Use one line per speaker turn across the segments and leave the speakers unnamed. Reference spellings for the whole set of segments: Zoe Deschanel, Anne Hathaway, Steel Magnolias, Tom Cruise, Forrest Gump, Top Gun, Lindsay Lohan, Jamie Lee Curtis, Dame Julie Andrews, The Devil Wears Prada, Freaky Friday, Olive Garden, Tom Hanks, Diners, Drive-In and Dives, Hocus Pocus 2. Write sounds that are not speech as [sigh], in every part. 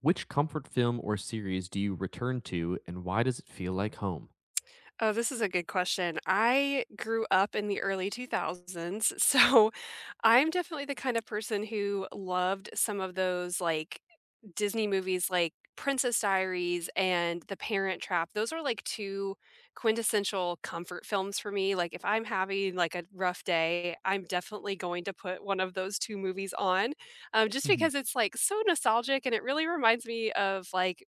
Which comfort film or series do you return to, and why does it feel like home?
Oh, this is a good question. I grew up in the early 2000s, so [laughs] I'm definitely the kind of person who loved some of those, like, Disney movies like Princess Diaries and The Parent Trap. Those are, like, 2 quintessential comfort films for me, like, if I'm having, like, a rough day, I'm definitely going to put one of those 2 movies on, just
Mhm.
because it's, like, so nostalgic and it really reminds me of, like,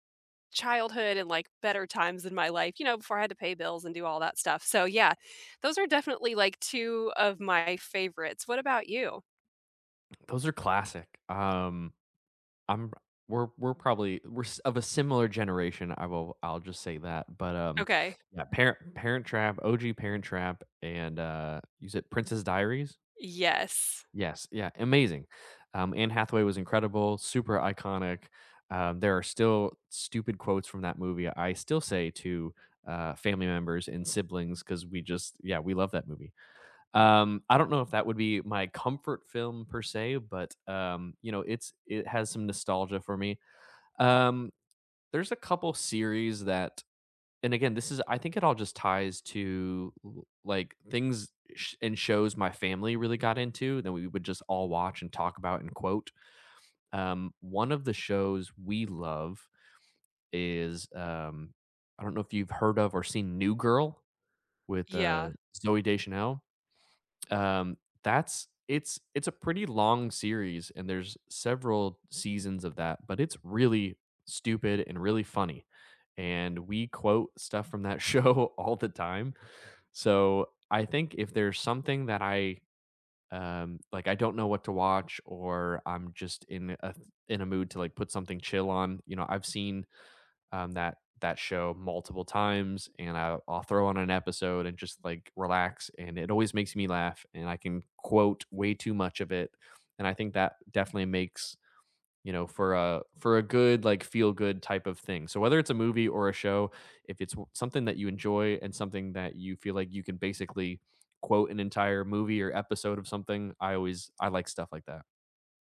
childhood and, like, better times in my life, you know, before I had to pay bills and do all that stuff. So, yeah, those are definitely, like, 2 of my favorites. What about you?
Those are classic. I'm we're probably we're s- of a similar generation. I'll just say that. But
Okay.
yeah, Parent Trap, OG Parent Trap, and use it Princess Diaries.
Yes.
Yes, yeah, amazing. Anne Hathaway was incredible, super iconic. There are still stupid quotes from that movie. I still say to family members and siblings because we just yeah we love that movie. I don't know if that would be my comfort film per se, but, you know, it has some nostalgia for me. Um, there's a couple series that and again, this is I think it all just ties to, l like, things sh and shows my family really got into that we would just all watch and talk about and quote. One of the shows we love is, I don't know if you've heard of or seen New Girl with,
Yeah.
Zoe Deschanel? That's It's a pretty long series and there's several seasons of that, but it's really stupid and really funny. And we quote stuff from that [laughs] show all the time. So I think if there's something that I like I don't know what to watch or I'm just in a mood to like put something chill on, you know, I've seen that show multiple times, and I'll throw on an episode and just like relax, and it always makes me laugh, and I can quote way too much of it, and I think that definitely makes you know for a good like feel good type of thing. So whether it's a movie or a show, if it's something that you enjoy and something that you feel like you can basically quote an entire movie or episode of something, I like stuff like that.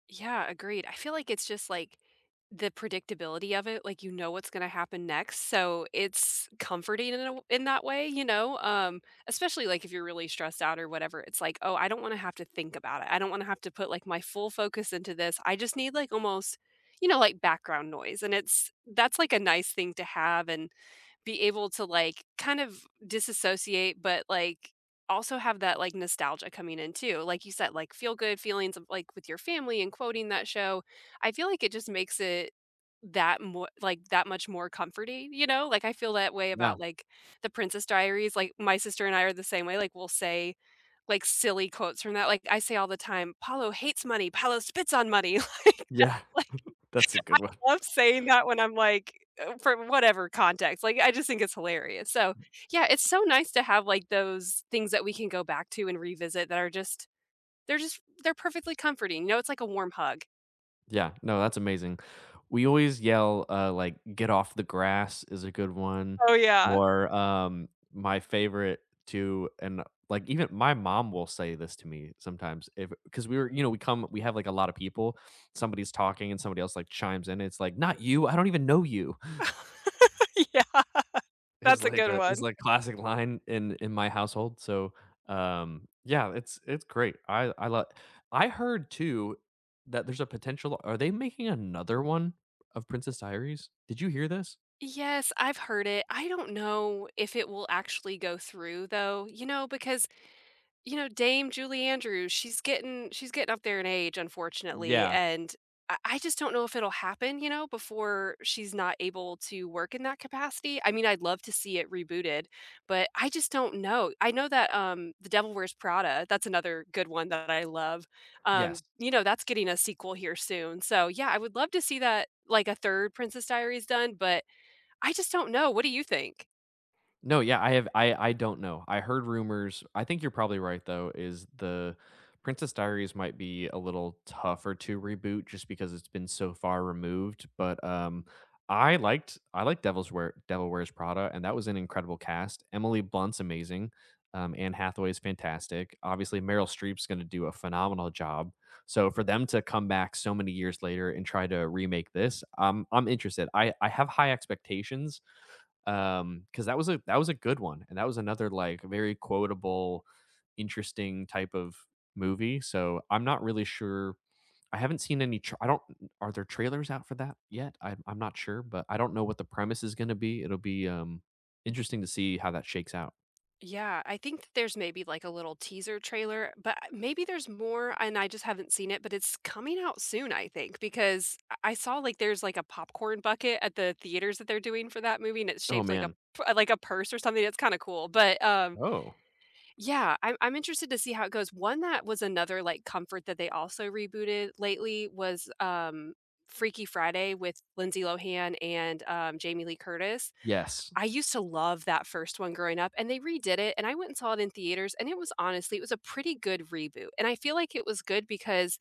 Yeah, agreed. I feel like it's just like the predictability of it, like you know what's going to happen next. So it's comforting in a w in that way, you know? Especially like if you're really stressed out or whatever, it's like, oh, I don't want to have to think about it. I don't want to have to put like my full focus into this. I just need like almost, you know, like background noise. And it's that's like a nice thing to have. And be able to, like, kind of disassociate, but, like, also have that, like, nostalgia coming in too. Like you said, like, feel good feelings of, like, with your family and quoting that show. I feel like it just makes it that more like, that much more comforting, you know? Like, I feel that way
Yeah.
about, like, The Princess Diaries. Like, my sister and I are the same way. Like, we'll say, like, silly quotes from that. Like, I say all the time, "Paulo hates money. Paulo spits on money." [laughs]
Yeah.
Like
[laughs] That's a good one.
love saying that when I'm like, for whatever context, like, I just think it's hilarious. So, yeah, it's so nice to have, like, those things that we can go back to and revisit that are just they're perfectly comforting, you know, it's like a warm hug.
Yeah, no, that's amazing. We always yell, like, "Get off the grass" is a good one,
Oh, yeah.
or, my favorite too, and, like, even my mom will say this to me sometimes if because we were you know, we have, like, a lot of people, somebody's talking and somebody else, like, chimes in, it's like, "Not you, I don't even know you."
[laughs] Yeah,
Is
that's a
like
good
a is
one.
like classic line in my household, so, yeah, it's great. I love. I heard too that there's a potential are they making another one of Princess Diaries? Did you hear this?
Yes, I've heard it. I don't know if it will actually go through though, you know, because you know, Dame Julie Andrews, she's getting up there in age, unfortunately,
Yeah,
and I just don't know if it'll happen, you know, before she's not able to work in that capacity. I mean, I'd love to see it rebooted, but I just don't know. I know that The Devil Wears Prada, that's another good one that I love.
yes.
You know, that's getting a sequel here soon. So, yeah, I would love to see that like a third Princess Diaries done, but I just don't know. What do you think?
No, yeah, I have I don't know. I heard rumors. I think you're probably right though, is the Princess Diaries might be a little tougher to reboot just because it's been so far removed, but I liked Devil Wears Prada and that was an incredible cast. Emily Blunt's amazing. Anne Hathaway is fantastic. Obviously, Meryl Streep's going to do a phenomenal job. So for them to come back so many years later and try to remake this, I'm interested. I have high expectations because that was a good one, and that was another, like, very quotable, interesting type of movie, so I'm not really sure I haven't seen any tr I don't are there trailers out for that yet? I'm not sure, but I don't know what the premise is gonna be, it'll be, interesting to see how that shakes out.
Yeah, I think that there's maybe like a little teaser trailer, but maybe there's more and I just haven't seen it, but it's coming out soon, I think, because I saw like there's like a popcorn bucket at the theaters that they're doing for that movie and it's
Oh,
shaped like a
man.
like a purse or something. It's kind of cool. But
Oh.
yeah, I'm interested to see how it goes. One that was another like comfort that they also rebooted lately was Freaky Friday with Lindsay Lohan and Jamie Lee Curtis.
Yes.
I used to love that first one growing up, and they redid it, and I went and saw it in theaters, and it was honestly it was a pretty good reboot, and I feel like it was good because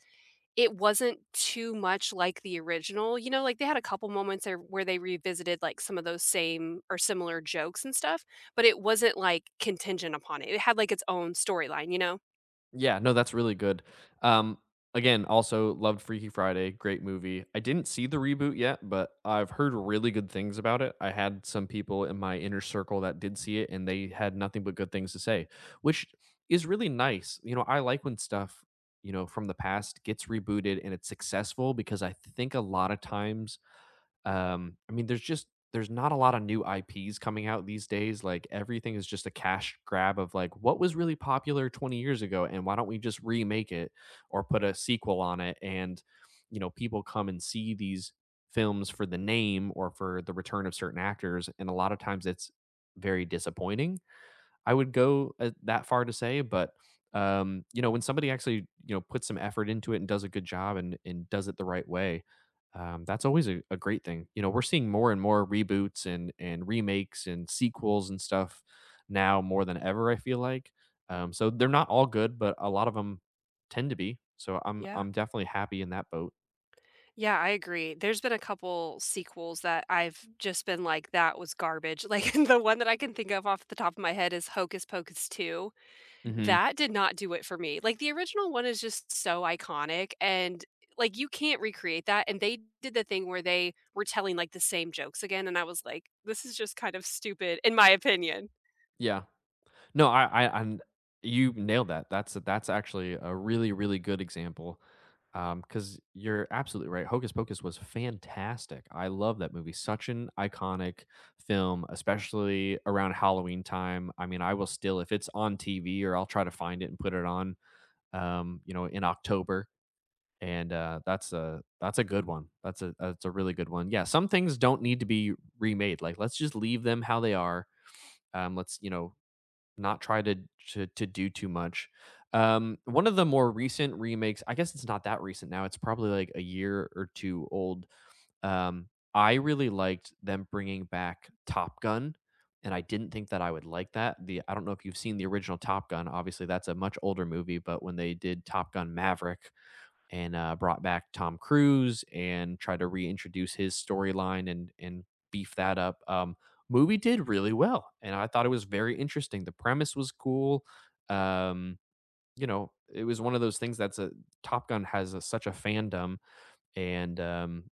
it wasn't too much like the original, you know, like, they had a couple moments there where they revisited, like, some of those same or similar jokes and stuff, but it wasn't, like, contingent upon it. It had, like, its own storyline, you know?
Yeah, no, that's really good. Um, Again, also loved Freaky Friday, great movie. I didn't see the reboot yet, but I've heard really good things about it. I had some people in my inner circle that did see it, and they had nothing but good things to say, which is really nice. You know, I like when stuff you know from the past gets rebooted and it's successful because I think a lot of times I mean, there's not a lot of new IPs coming out these days. Like everything is just a cash grab of like what was really popular 20 years ago and why don't we just remake it or put a sequel on it and you know, people come and see these films for the name or for the return of certain actors and a lot of times it's very disappointing I would go, that far to say, but, you know, when somebody actually, you know, puts some effort into it and does a good job and does it the right way, that's always a great thing. You know, we're seeing more and more reboots and remakes and sequels and stuff now more than ever, I feel like. So they're not all good, but a lot of them tend to be. So
Yeah.
I'm definitely happy in that boat.
Yeah, I agree. There's been a couple sequels that I've just been like, "That was garbage." [laughs] Like, the one that I can think of off the top of my head is Hocus Pocus 2.
Mhm.
That did not do it for me. Like, the original one is just so iconic and, like, you can't recreate that, and they did the thing where they were telling, like, the same jokes again, and I was like, "This is just kind of stupid in my opinion."
Yeah. No, I and you nailed that. That's actually a really, really good example. Because you're absolutely right. Hocus Pocus was fantastic. I love that movie. Such an iconic film, especially around Halloween time. I mean, I will still, if it's on TV, or I'll try to find it and put it on. You know, in October, and that's a good one. That's a really good one. Yeah, some things don't need to be remade. Like, let's just leave them how they are. Let's you know not try to to do too much. One of the more recent remakes, I guess it's not that recent now. It's probably like a year or two old. I really liked them bringing back Top Gun, and I didn't think that I would like that. The I don't know if you've seen the original Top Gun. Obviously, that's a much older movie, but when they did Top Gun Maverick, and brought back Tom Cruise and tried to reintroduce his storyline and beef that up. Movie did really well, and I thought it was very interesting. The premise was cool. Um, you know, it was one of those things that's a Top Gun has a, such a fandom, and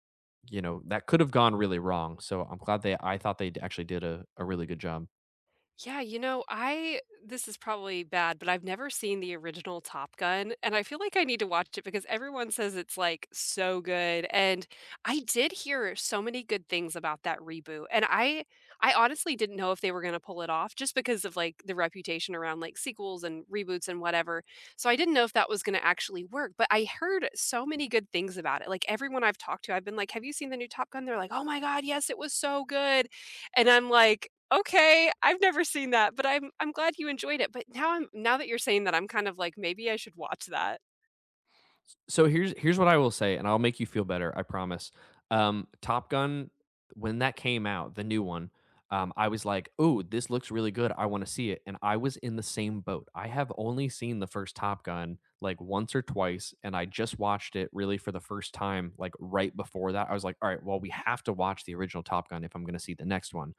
you know that could have gone really wrong. So I'm glad they. I thought they actually did a really good job.
Yeah, you know, I this is probably bad, but I've never seen the original Top Gun, and I feel like I need to watch it because everyone says it's, like, so good, and I did hear so many good things about that reboot, and I honestly didn't know if they were gonna pull it off just because of, like, the reputation around, like, sequels and reboots and whatever, so I didn't know if that was gonna actually work, but I heard so many good things about it, like, everyone I've talked to, I've been like, "Have you seen the new Top Gun?" They're like, "Oh my god, yes, it was so good." And I'm like, "Okay, I've never seen that, but I'm glad you enjoyed it." But now that you're saying that, I'm kind of like, maybe I should watch that.
So here's what I will say, and I'll make you feel better. I promise. Top Gun, when that came out, the new one, I was like, "Oh, this looks really good. I want to see it." And I was in the same boat. I have only seen the first Top Gun like once or twice, and I just watched it really for the first time like right before that. I was like, "All right, well, we have to watch the original Top Gun if I'm going to see the next one."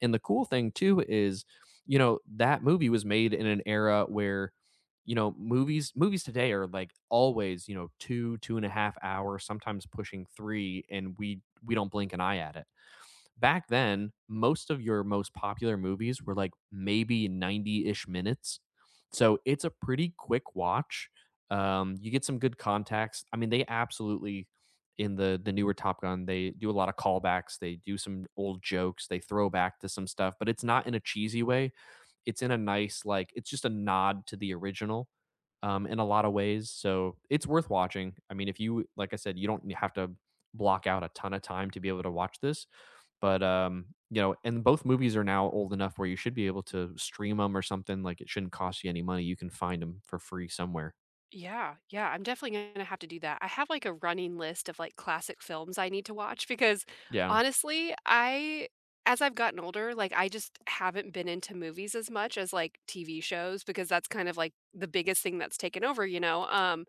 And the cool thing too is, you know, that movie was made in an era where, you know, movies today are like always, you know, two, 2.5 hours, sometimes pushing three, and we don't blink an eye at it back then most of your most popular movies were like maybe 90-ish minutes so it's a pretty quick watch you get some good context. I mean they absolutely in the newer Top Gun they do a lot of callbacks they do some old jokes they throw back to some stuff but it's not in a cheesy way it's in a nice like it's just a nod to the original in a lot of ways so it's worth watching I mean if you like I said you don't have to block out a ton of time to be able to watch this but, you know and both movies are now old enough where you should be able to stream them or something, like, it shouldn't cost you any money, you can find them for free somewhere.
Yeah, yeah, I'm definitely gonna have to do that. I have, like, a running list of, like, classic films I need to watch because,
Yeah,
honestly, I as I've gotten older, like, I just haven't been into movies as much as, like, TV shows because that's kind of, like, the biggest thing that's taken over, you know,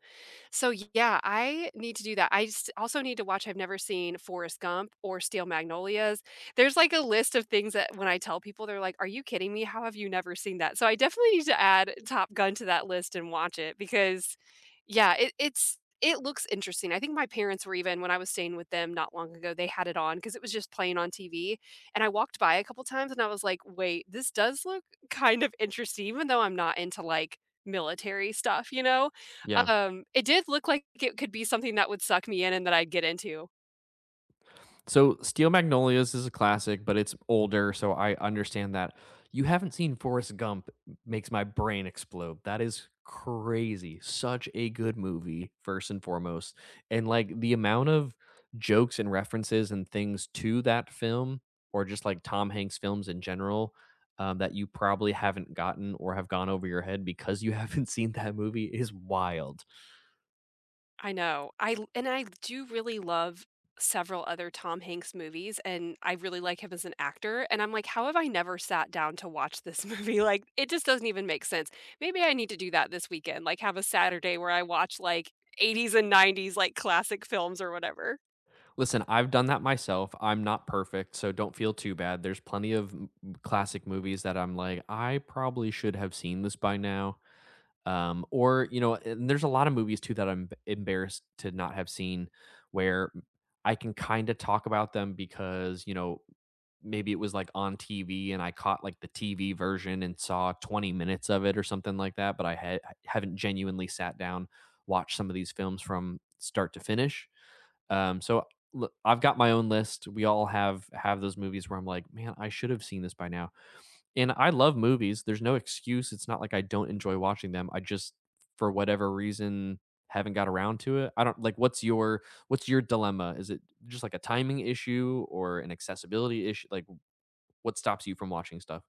so yeah, I need to do that. I s Also need to watch I've never seen Forrest Gump or Steel Magnolias. There's, like, a list of things that when I tell people, they're like, "Are you kidding me? How have you never seen that?" So I definitely need to add Top Gun to that list and watch it because, yeah, it's it looks interesting. I think my parents were even when I was staying with them not long ago, they had it on because it was just playing on TV, and I walked by a couple times and I was like, "Wait, this does look kind of interesting," even though I'm not into, like, military stuff, you know?
yeah.
It did look like it could be something that would suck me in and that I'd get into.
So, Steel Magnolias is a classic, but it's older, so I understand that. You haven't seen Forrest Gump makes my brain explode. That is crazy. Such a good movie, first and foremost, and, like, the amount of jokes and references and things to that film, or just, like, Tom Hanks films in general, that you probably haven't gotten or have gone over your head because you [laughs] haven't seen that movie is wild.
I know. I l and I do really love several other Tom Hanks movies, and I really like him as an actor, and I'm like, "How have I never sat down to watch this movie?" [laughs] Like, it just doesn't even make sense. Maybe I need to do that this weekend, like, have a Saturday where I watch, like, 80s and 90s, like, classic films or whatever.
Listen, I've done that myself. I'm not perfect, so don't feel too bad. There's plenty of classic movies that I'm like, I probably should have seen this by now. Or you know, and there's a lot of movies too that I'm embarrassed to not have seen, where I can kind of talk about them because you know maybe it was like on TV and I caught like the TV version and saw 20 minutes of it or something like that, but I had I haven't genuinely sat down watched some of these films from start to finish. So look, I've got my own list. We all have those movies where I'm like, man, I should have seen this by now and I love movies. There's no excuse. It's not like I don't enjoy watching them. I just, for whatever reason, haven't got around to it. I don't like. What's your dilemma? Is it just like a timing issue or an accessibility issue? Like, what stops you from watching stuff?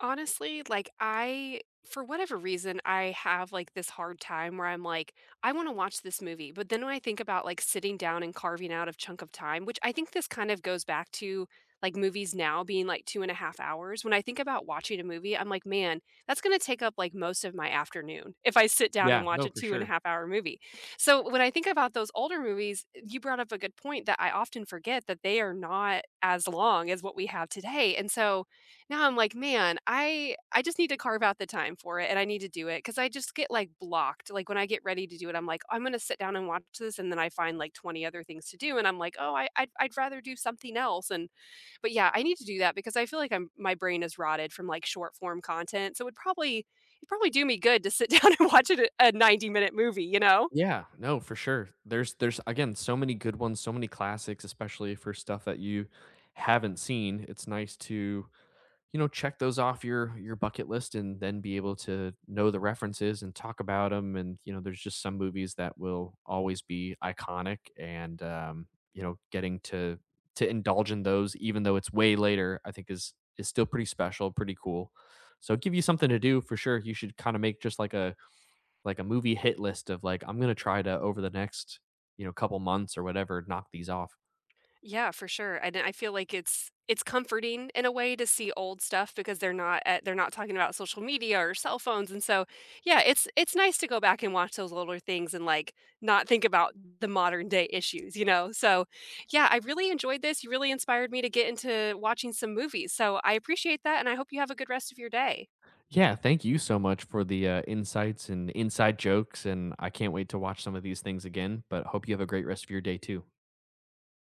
Honestly, like, I for whatever reason, I have, like, this hard time where I'm like, "I wanna watch this movie," but then when I think about, like, sitting down and carving out a chunk of time, which I think this kind of goes back to, like, movies now being, like, 2.5 hours. When I think about watching a movie, I'm like, "Man, that's gonna take up, like, most of my afternoon if I sit down and
Yeah,
watch
no,
a
for
2.5
sure.
hour movie." So, when I think about those older movies, you brought up a good point that I often forget that they are not as long as what we have today, and so now I'm like, "Man, I just need to carve out the time for it, and I need to do it because I just get, like, blocked, like, when I get ready to do it, I'm like, "I'm gonna sit down and watch this," and then I find, like, 20 other things to do, and I'm like, "Oh, I'd rather do something else," and but, yeah, I need to do that because I feel like I'm my brain is rotted from, like, short form content, so it'd probably do me good to sit [laughs] down and watch it a 90-minute movie, you know?
Yeah, no, for sure. There's again so many good ones, so many classics, especially for stuff that you haven't seen. It's nice to you know, check those off your bucket list and then be able to know the references and talk about them. And, you know, there's just some movies that will always be iconic and you know, getting to indulge in those even though it's way later, I think is still pretty special, pretty cool. So give you something to do for sure. You should kind of make just like a movie hit list of like I'm going to try to over the next, you know, couple months or whatever knock these off.
Yeah, for sure, and I feel like it's comforting in a way to see old stuff because they're not talking about social media or cell phones, and so, yeah, it's nice to go back and watch those older things and, like, not think about the modern day issues, you know? So, yeah, I really enjoyed this, you really inspired me to get into watching some movies, so I appreciate that, and I hope you have a good rest of your day.
Yeah, thank you so much for the insights and inside jokes. And I can't wait to watch some of these things again. But hope you have a great rest of your day too.